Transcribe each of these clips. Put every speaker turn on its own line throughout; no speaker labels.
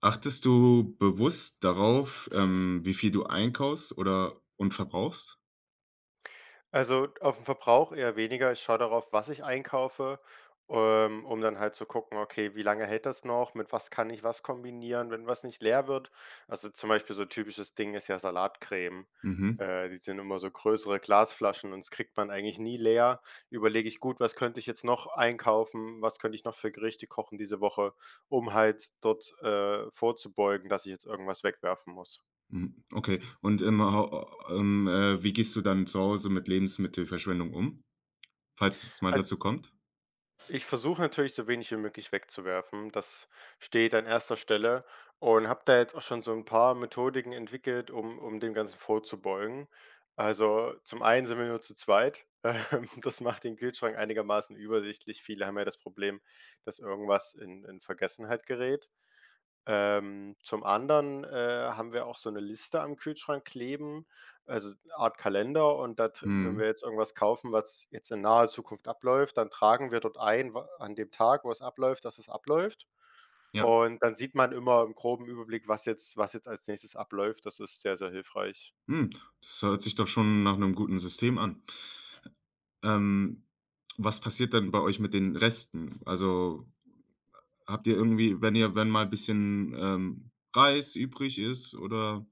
Achtest du bewusst darauf, wie viel du einkaufst oder und verbrauchst?
Also, auf den Verbrauch eher weniger. Ich schaue darauf, was ich einkaufe, um dann halt zu gucken: „Okay, wie lange hält das noch? Mit was kann ich was kombinieren, wenn was nicht leer wird?“ Also, zum Beispiel so typisches Ding ist ja Salatcreme.
Mhm,
Die sind immer so größere Glasflaschen und das kriegt man eigentlich nie leer. Überlege ich gut: „Was könnte ich jetzt noch einkaufen? Was könnte ich noch für Gerichte kochen diese Woche?“, um halt dort, vorzubeugen, dass ich jetzt irgendwas wegwerfen muss.
mhm, okay. Und, hau wie gehst du dann zu Hause mit Lebensmittelverschwendung um, falls es mal dazu kommt?
Ich versuche natürlich so wenig wie möglich wegzuwerfen. Das steht an erster Stelle und habe da jetzt auch schon so ein paar Methodiken entwickelt, um dem Ganzen vorzubeugen. Also, zum einen sind wir nur zu zweit. Das macht den Kühlschrank einigermaßen übersichtlich. Viele haben ja das Problem, dass irgendwas in Vergessenheit gerät. Zum anderen, haben wir auch so eine Liste am Kühlschrank kleben, also Art Kalender und da tr wenn
Mhm,
wir jetzt irgendwas kaufen, was jetzt in naher Zukunft abläuft, dann tragen wir dort ein, wa an dem Tag, wo es abläuft, dass es abläuft.
ja.
Und dann sieht man immer im groben Überblick, was jetzt als Nächstes abläuft. Das ist sehr, sehr hilfreich.
Hm, Das hört sich doch schon nach einem guten System an. Ähm, Was passiert dann bei euch mit den Resten? Also, habt ihr irgendwie, wenn ihr wenn mal ein bisschen, Reis übrig ist oder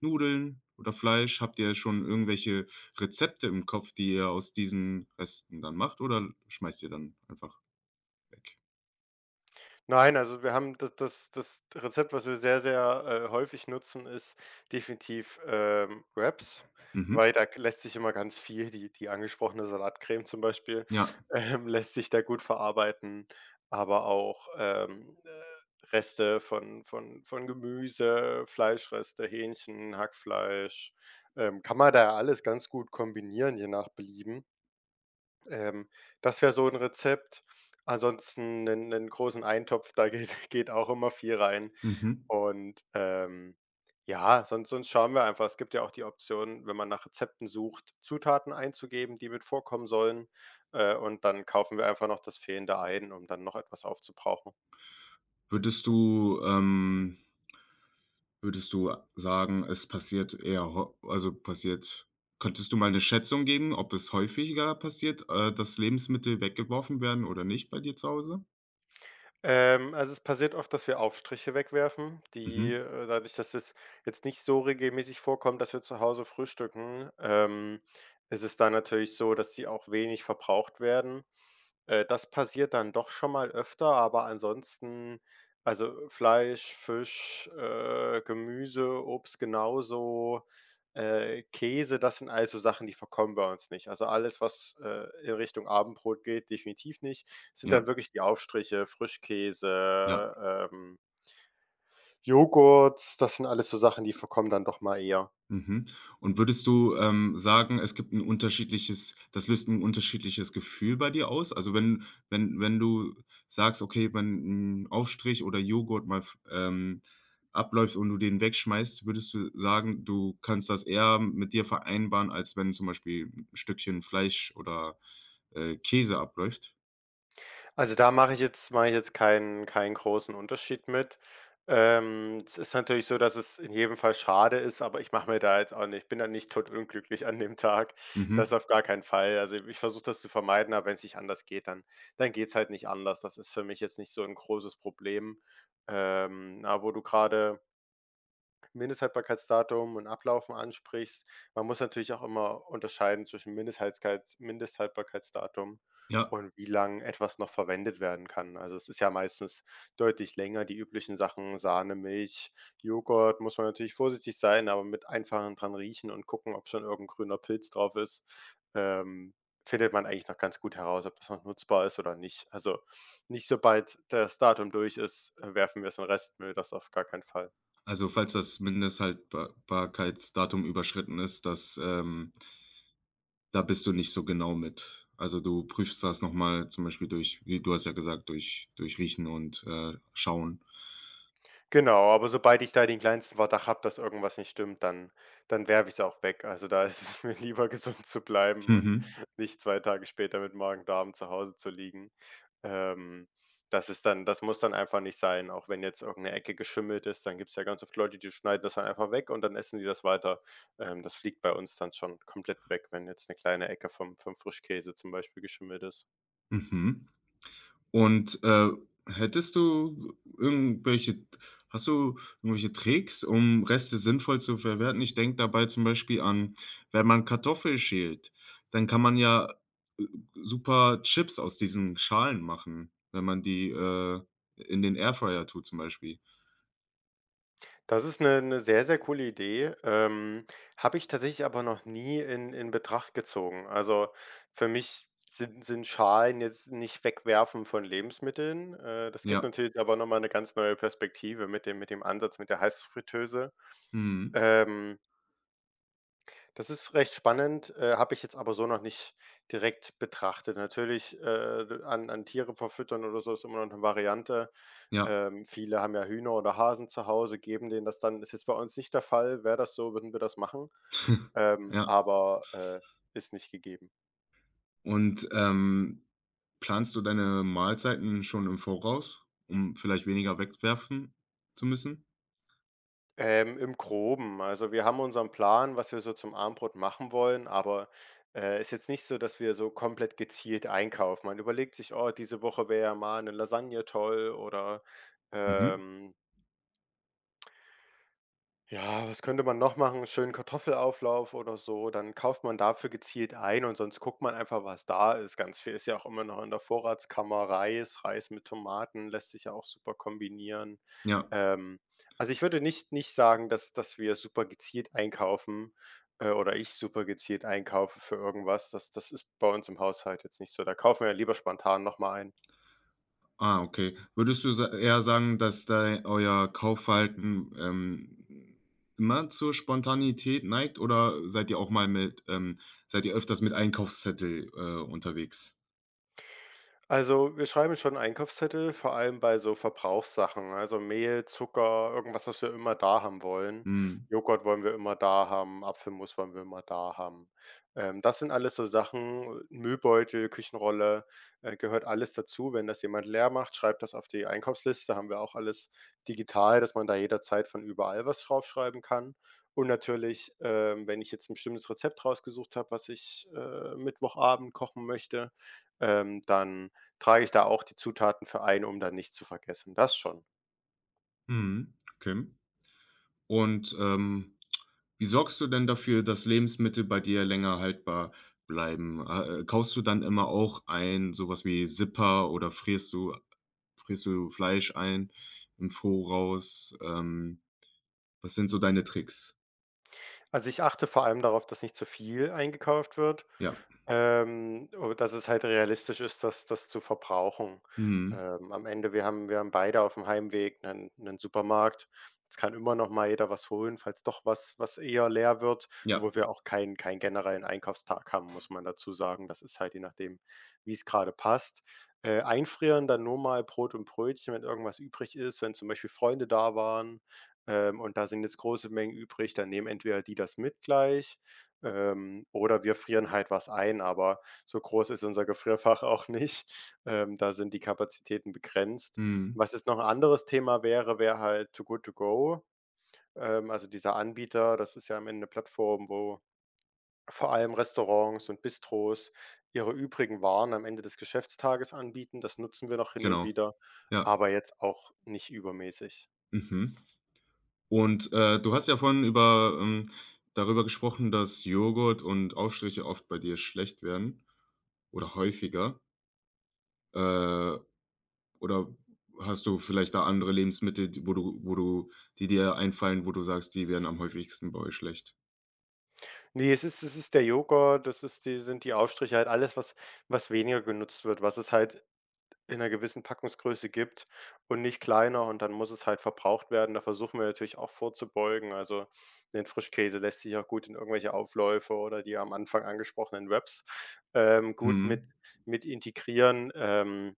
Nudeln oder Fleisch, habt ihr schon irgendwelche Rezepte im Kopf, die ihr aus diesen Resten dann macht oder schmeißt ihr dann einfach weg?
Nein, also wir haben das Rezept, was wir sehr, sehr, häufig nutzen, ist definitiv, Wraps,
Mhm.
weil da k lässt sich immer ganz viel die angesprochene Salatcreme zum Beispiel,
Ja.
lässt sich da gut verarbeiten, aber auch, Reste von Gemüse, Fleischreste, Hähnchen, Hackfleisch, kann man da ja alles ganz gut kombinieren, je nach Belieben. Ähm, Das wäre so 'n Rezept. Ansonsten 'nen großen Eintopf, da geht geht auch immer viel rein.
Mhm.
Und, ja, sonst schauen wir einfach. Es gibt ja auch die Option, wenn man nach Rezepten sucht, Zutaten einzugeben, die mit vorkommen sollen, und dann kaufen wir einfach noch das Fehlende ein, um dann noch etwas aufzubrauchen.
Würdest du ähm, Würdest du sagen, es passiert eher ho also passiert könntest du mal eine Schätzung geben, ob es häufiger passiert, dass Lebensmittel weggeworfen werden oder nicht bei dir zu Hause?
Also, es passiert oft, dass wir Aufstriche wegwerfen, die,
Mhm.
dadurch, dass es jetzt nicht so regelmäßig vorkommt, dass wir zu Hause frühstücken, ist es dann natürlich so, dass sie auch wenig verbraucht werden. Das passiert dann doch schon mal öfter, aber ansonsten also, Fleisch, Fisch, Gemüse, Obst genauso. Käse, das sind also Sachen, die verkommen bei uns nicht. Also, alles, was, in Richtung Abendbrot geht, definitiv nicht. Sind
Ja,
dann wirklich die Aufstriche,
ja.
Frischkäse, Joghurt, das sind alles so Sachen, die verkommen dann doch mal eher.
Mhm. Und würdest du, sagen, es gibt ein unterschiedliches das löst ein unterschiedliches Gefühl bei dir aus? Also, wenn du sagst, okay, wenn ein Aufstrich oder Joghurt mal ähm, abläuft und du den wegschmeißt, würdest du sagen, du kannst das eher mit dir vereinbaren, als wenn zum Beispiel ein Stückchen Fleisch oder, Käse abläuft?
Also, da mache ich jetzt keinen großen Unterschied mit. Es ist natürlich so, dass es in jedem Fall schade ist, aber ich mache mir da jetzt auch nicht ich bin da nicht totunglücklich an dem Tag. Das
Mhm.
auf gar keinen Fall. Also, ich versuche das zu vermeiden, aber wenn es nicht anders geht, dann geht's halt nicht anders. Das ist für mich jetzt nicht so ein großes Problem. Aber wo du gerade Mindesthaltbarkeitsdatum und Ablaufen ansprichst. Man muss natürlich auch immer unterscheiden zwischen Mindesthaltbarkeitsdatum
Ja,
und wie lang etwas noch verwendet werden kann. Also, es ist ja meistens deutlich länger, die üblichen Sachen, Sahne, Milch, Joghurt, muss man natürlich vorsichtig sein, aber mit einfachen dran riechen und gucken, ob schon irgendein grüner Pilz drauf ist, ähm, findet man eigentlich noch ganz gut heraus, ob das noch nutzbar ist oder nicht. Also, nicht sobald das Datum durch ist, werfen wir es in den Restmüll, das auf gar keinen Fall.
also, falls das Mindesthaltbarkeitsdatum überschritten ist, da bist du nicht so genau mit. Also, du prüfst das noch mal zum Beispiel durch wie du hast ja gesagt, durch Riechen und, Schauen.
Genau, aber sobald ich da den kleinsten Verdacht habe, dass irgendwas nicht stimmt, dann werfe ich es auch weg. Also, da ist es mir lieber, gesund zu bleiben und
Mhm,
nicht 2 Tage später mit Magen-Darm zu Hause zu liegen. Ähm, Das muss dann einfach nicht sein, auch wenn jetzt irgendeine Ecke geschimmelt ist, dann gibt es ja ganz oft Leute, die schneiden das dann einfach weg und dann essen die das weiter. Das fliegt bei uns dann schon komplett weg, wenn jetzt eine kleine Ecke vom Frischkäse zum Beispiel geschimmelt ist.
mhm. Und, hättest du irgendwelche hast du irgendwelche Tricks, um Reste sinnvoll zu verwerten? Ich denke dabei zum Beispiel an, wenn man Kartoffeln schält, dann kann man ja, äh, super Chips aus diesen Schalen machen, wenn man die, in den Airfryer tut zum Beispiel.
Das ist eine 'Ne sehr, sehr coole Idee, habe ich tatsächlich aber noch nie in Betracht gezogen. Also, für mich sind Schalen jetzt nicht Wegwerfen von Lebensmitteln. Das gibt
Ja,
natürlich aber noch mal 'ne ganz neue Perspektive mit dem Ansatz mit der Heißfritteuse.
mhm,
Ähm, Das ist recht spannend, habe ich jetzt aber so noch nicht direkt betrachtet. Natürlich, an Tiere verfüttern oder so ist immer noch eine Variante.
ja.
Viele haben ja Hühner oder Hasen zu Hause, geben denen das dann. Ist jetzt bei uns nicht der Fall. Wäre das so, würden wir das machen. Ähm,
Ja.
aber, äh, Ist nicht gegeben.
Und, planst du deine Mahlzeiten schon im Voraus, um vielleicht weniger wegwerfen zu müssen?
Im Groben, also wir haben unseren Plan, was wir so zum Abendbrot machen wollen, aber, ist jetzt nicht so, dass wir so komplett gezielt einkaufen. Man überlegt sich: „Oh, diese Woche wäre ja mal eine Lasagne toll“ oder,
Mhm.
ähm, ja, was könnte man noch machen? Schönen Kartoffelauflauf oder so. Dann kauft man dafür gezielt ein und sonst guckt man einfach, was da ist. Ganz viel ist ja auch immer noch in der Vorratskammer. Reis, Reis mit Tomaten lässt sich ja auch super kombinieren.
Ja.
Ähm, also ich würde nicht, nicht sagen, dass wir super gezielt einkaufen oder ich super gezielt einkaufe für irgendwas. Das ist bei uns im Haushalt jetzt nicht so. Da kaufen wir lieber spontan nochmal ein.
Ah, okay. Würdest du sa eher sagen, dass dei euer Kaufverhalten, immer zur Spontanität neigt oder seid ihr öfters mit Einkaufszettel, unterwegs?
Also, wir schreiben schon Einkaufszettel, vor allem bei so Verbrauchssachen, also Mehl, Zucker, irgendwas, was wir immer da haben wollen.
Mhm.
Joghurt wollen wir immer da haben, Apfelmus wollen wir immer da haben. Das sind alles so Sachen, Müllbeutel, Küchenrolle, gehört alles dazu. Wenn das jemand leer macht, schreibt das auf die Einkaufsliste, haben wir auch alles digital, dass man da jederzeit von überall was draufschreiben kann. Und natürlich, wenn ich jetzt ein bestimmtes Rezept rausgesucht habe, was ich, Mittwochabend kochen möchte, dann trage ich da auch die Zutaten für ein, um dann nichts zu vergessen, das schon.
Mhm. Okay. Und, wie sorgst du denn dafür, dass Lebensmittel bei dir länger haltbar bleiben? Kaufst du dann immer auch ein sowas wie Zipper oder frierst du Fleisch ein im Voraus? Was sind so deine Tricks?
Also, ich achte vor allem darauf, dass nicht zu viel eingekauft wird,
Ja.
u dass es halt realistisch ist, das zu verbrauchen.
Mhm.
Am Ende, wir haben beide auf dem Heimweg einen 'nen Supermarkt. Es kann immer noch mal jeder was holen, falls doch was eher leer wird,
Ja.
wo wir auch keinen generellen Einkaufstag haben, muss man dazu sagen. Das ist halt je nachdem, wie es gerade passt. Einfrieren dann nur mal Brot und Brötchen, wenn irgendwas übrig ist, wenn zum Beispiel Freunde da waren. Und da sind jetzt große Mengen übrig, dann nehmen entweder die das mit gleich, oder wir frieren halt was ein, aber so groß ist unser Gefrierfach auch nicht. Da sind die Kapazitäten begrenzt.
Mhm.
Was jetzt noch ein anderes Thema wäre, wäre halt Too Good To Go. Also dieser Anbieter, das ist ja am Ende eine Plattform, wo vor allem Restaurants und Bistros ihre übrigen Waren am Ende des Geschäftstages anbieten. Das nutzen wir noch hin und
Genau.
wieder,
Ja.
aber jetzt auch nicht übermäßig.
Mhm. Und, du hast ja vorhin über darüber gesprochen, dass Joghurt und Aufstriche oft bei dir schlecht werden oder häufiger. Äh, Oder hast du vielleicht da andere Lebensmittel, die dir einfallen, wo du sagst, die werden am häufigsten bei euch schlecht?
Ne, es ist der Joghurt, das ist die sind die Aufstriche, halt alles, was weniger genutzt wird, was es halt in einer gewissen Packungsgröße gibt und nicht kleiner und dann muss es halt verbraucht werden. Da versuchen wir natürlich auch vorzubeugen. Also, den Frischkäse lässt sich auch gut in irgendwelche Aufläufe oder die am Anfang angesprochenen Wraps, gut
Mhm,
mit integrieren.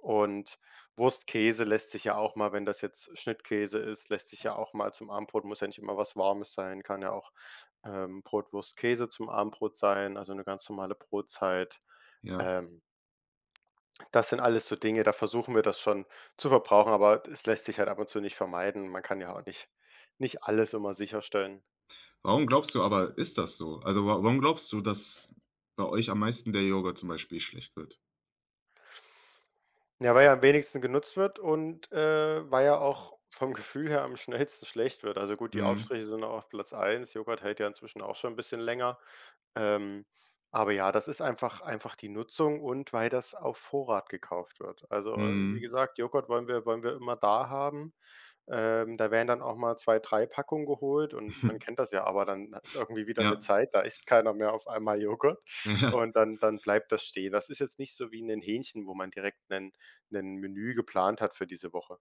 Und Wurstkäse lässt sich ja auch mal, wenn das jetzt Schnittkäse ist, lässt sich ja auch mal zum Abendbrot, muss ja nicht immer was Warmes sein, kann ja auch, Brot, Wurst, Käse zum Abendbrot sein, also eine ganz normale Brotzeit.
ja.
Ähm, Das sind alles so Dinge, da versuchen wir das schon zu verbrauchen, aber es lässt sich halt ab und zu nicht vermeiden. Man kann ja auch nicht alles immer sicherstellen.
Warum glaubst du aber, ist das so? Also, wa warum glaubst du, dass bei euch am meisten der Joghurt zum Beispiel schlecht wird?
Ja, weil er am wenigsten genutzt wird und, weil er auch vom Gefühl her am schnellsten schlecht wird. Also gut, die
Mhm,
Aufstriche sind auch auf Platz eins, Joghurt hält ja inzwischen auch schon ein bisschen länger. Ähm, aber ja, das ist einfach die Nutzung und weil das auf Vorrat gekauft wird. Also, wie
mhm.
gesagt, Joghurt wollen wir immer da haben. Da werden dann auch mal 2 3 Packungen geholt und man kennt das ja, aber dann ist irgendwie wieder eine
Ja,
Zeit, da isst keiner mehr auf einmal Joghurt
ja,
und dann bleibt das stehen. Das ist jetzt nicht so wie in den Hähnchen, wo man direkt 'nen Menü geplant hat für diese Woche.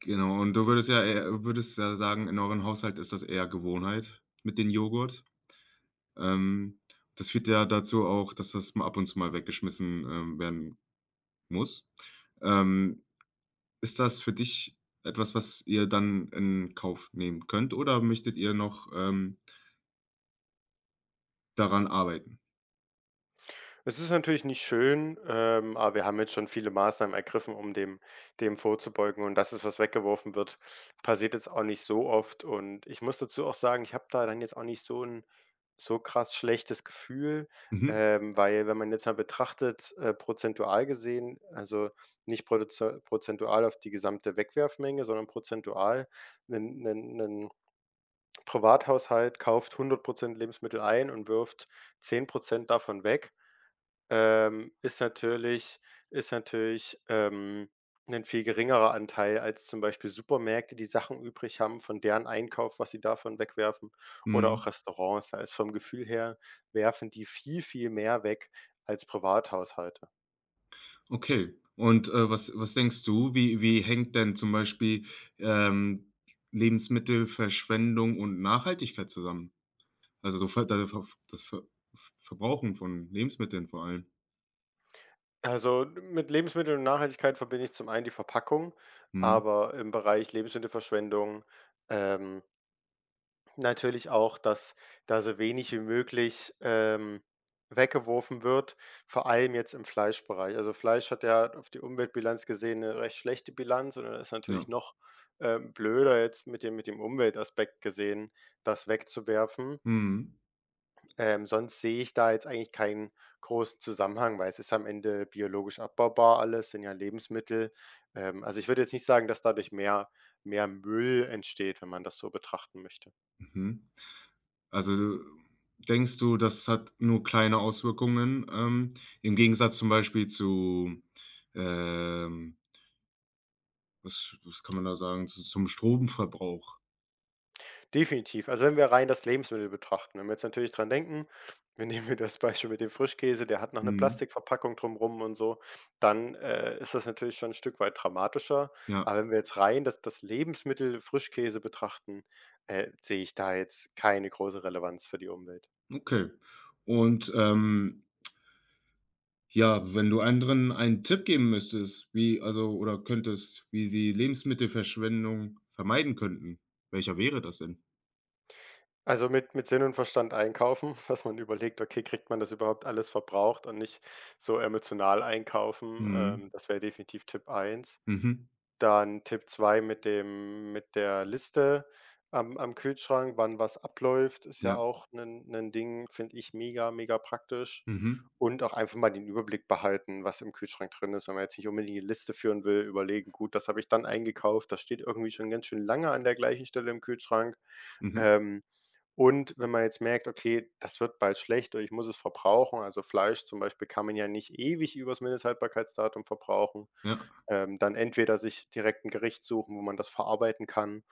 genau. Und du würdest ja sagen, in eurem Haushalt ist das eher Gewohnheit mit dem Joghurt. Ähm, Das führt ja dazu auch, dass das mal ab und zu mal weggeschmissen, werden muss. Ähm Ist das für dich etwas, was ihr dann in Kauf nehmen könnt oder möchtet ihr noch, daran arbeiten?
Es ist natürlich nicht schön, aber wir haben jetzt schon viele Maßnahmen ergriffen, um dem vorzubeugen und dass es was weggeworfen wird, passiert jetzt auch nicht so oft und ich muss dazu auch sagen, ich habe da dann jetzt auch nicht so ein so krass schlechtes Gefühl,
Mhm,
weil wenn man jetzt mal betrachtet, prozentual gesehen, also nicht produzo prozentual auf die gesamte Wegwerfmenge, sondern prozentual 'nen Privathaushalt kauft 100% Lebensmittel ein und wirft 10% davon weg, ähm, ist natürlich ist natürlich, 'nen viel geringerer Anteil als zum Beispiel Supermärkte, die Sachen übrig haben von deren Einkauf, was sie davon wegwerfen oder auch
mhm.
Restaurants. Da ist vom Gefühl her werfen die viel, viel mehr weg als Privathaushalte.
Okay. Und, was denkst du, wie hängt denn zum Beispiel, ähm, Lebensmittelverschwendung und Nachhaltigkeit zusammen? Also, so ver da ver das Verbrauchen von Lebensmitteln vor allem.
Also, mit Lebensmitteln und Nachhaltigkeit verbinde ich zum einen die Verpackung,
Mhm,
aber im Bereich Lebensmittelverschwendung, ähm natürlich auch, dass da so wenig wie möglich, weggeworfen wird, vor allem jetzt im Fleischbereich. Also, Fleisch hat ja auf die Umweltbilanz gesehen eine recht schlechte Bilanz und dann ist
ja.
natürlich noch, blöder jetzt mit dem Umweltaspekt gesehen, das wegzuwerfen.
Mhm,
Sonst sehe ich da jetzt eigentlich keinen großen Zusammenhang, weil es ist am Ende biologisch abbaubar alles, sind ja Lebensmittel. Also, ich würde jetzt nicht sagen, dass dadurch mehr Müll entsteht, wenn man das so betrachten möchte.
mhm. Also, denkst du, das hat nur kleine Auswirkungen, im Gegensatz zum Beispiel zu, ähm, was kann man da sagen, zu zum Stromverbrauch?
Definitiv. Also, wenn wir rein das Lebensmittel betrachten, wenn wir jetzt natürlich dran denken, wir das Beispiel mit dem Frischkäse, der hat noch eine
Mhm.
Plastikverpackung drumrum und so, dann, ist das natürlich schon ein Stück weit dramatischer.
Ja,
Aber wenn wir jetzt rein das Lebensmittel Frischkäse betrachten, sehe ich da jetzt keine große Relevanz für die Umwelt.
okay. Und, ja, wenn du anderen einen Tipp geben müsstest, wie also oder könntest, wie sie Lebensmittelverschwendung vermeiden könnten, welcher wäre das denn?
Also, mit Sinn und Verstand einkaufen, dass man überlegt: „Okay, kriegt man das überhaupt alles verbraucht?“ und nicht so emotional einkaufen,
Mhm.
das wäre definitiv Tipp eins.
Mhm.
Dann Tipp 2 mit dem mit der Liste am Kühlschrank, wann was abläuft, ist ja
Ja.
auch ein 'nen Ding, finde ich mega, mega praktisch.
Mhm.
Und auch einfach mal den Überblick behalten, was im Kühlschrank drin ist, wenn man jetzt nicht unbedingt die Liste führen will, überlegen: „Gut, das habe ich dann eingekauft, das steht irgendwie schon ganz schön lange an der gleichen Stelle im Kühlschrank.“
Mhm.
Ähm. Und wenn man jetzt merkt: „Okay, das wird bald schlecht oder ich muss es verbrauchen“, also Fleisch zum Beispiel kann man ja nicht ewig übers Mindesthaltbarkeitsdatum verbrauchen,
Ja.
dann entweder sich direkt 'n Gericht suchen, wo man das verarbeiten kann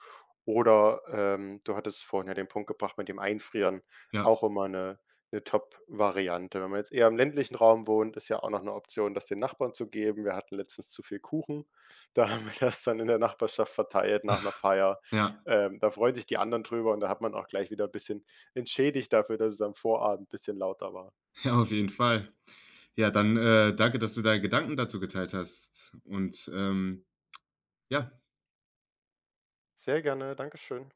oder, du hattest vorhin ja den Punkt gebracht mit dem Einfrieren,
Ja.
auch immer eine Top-Variante. Wenn man jetzt eher im ländlichen Raum wohnt, ist ja auch noch eine Option, das den Nachbarn zu geben. Wir hatten letztens zu viel Kuchen, da haben wir das dann in der Nachbarschaft verteilt nach einer Feier.
Ja.
Da freuen sich die anderen drüber und da hat man auch gleich wieder ein bisschen entschädigt dafür, dass es am Vorabend ein bisschen lauter war.
Ja, auf jeden Fall. Ja, dann, danke, dass du deine Gedanken dazu geteilt hast und, ja.
Sehr gerne, Dankeschön.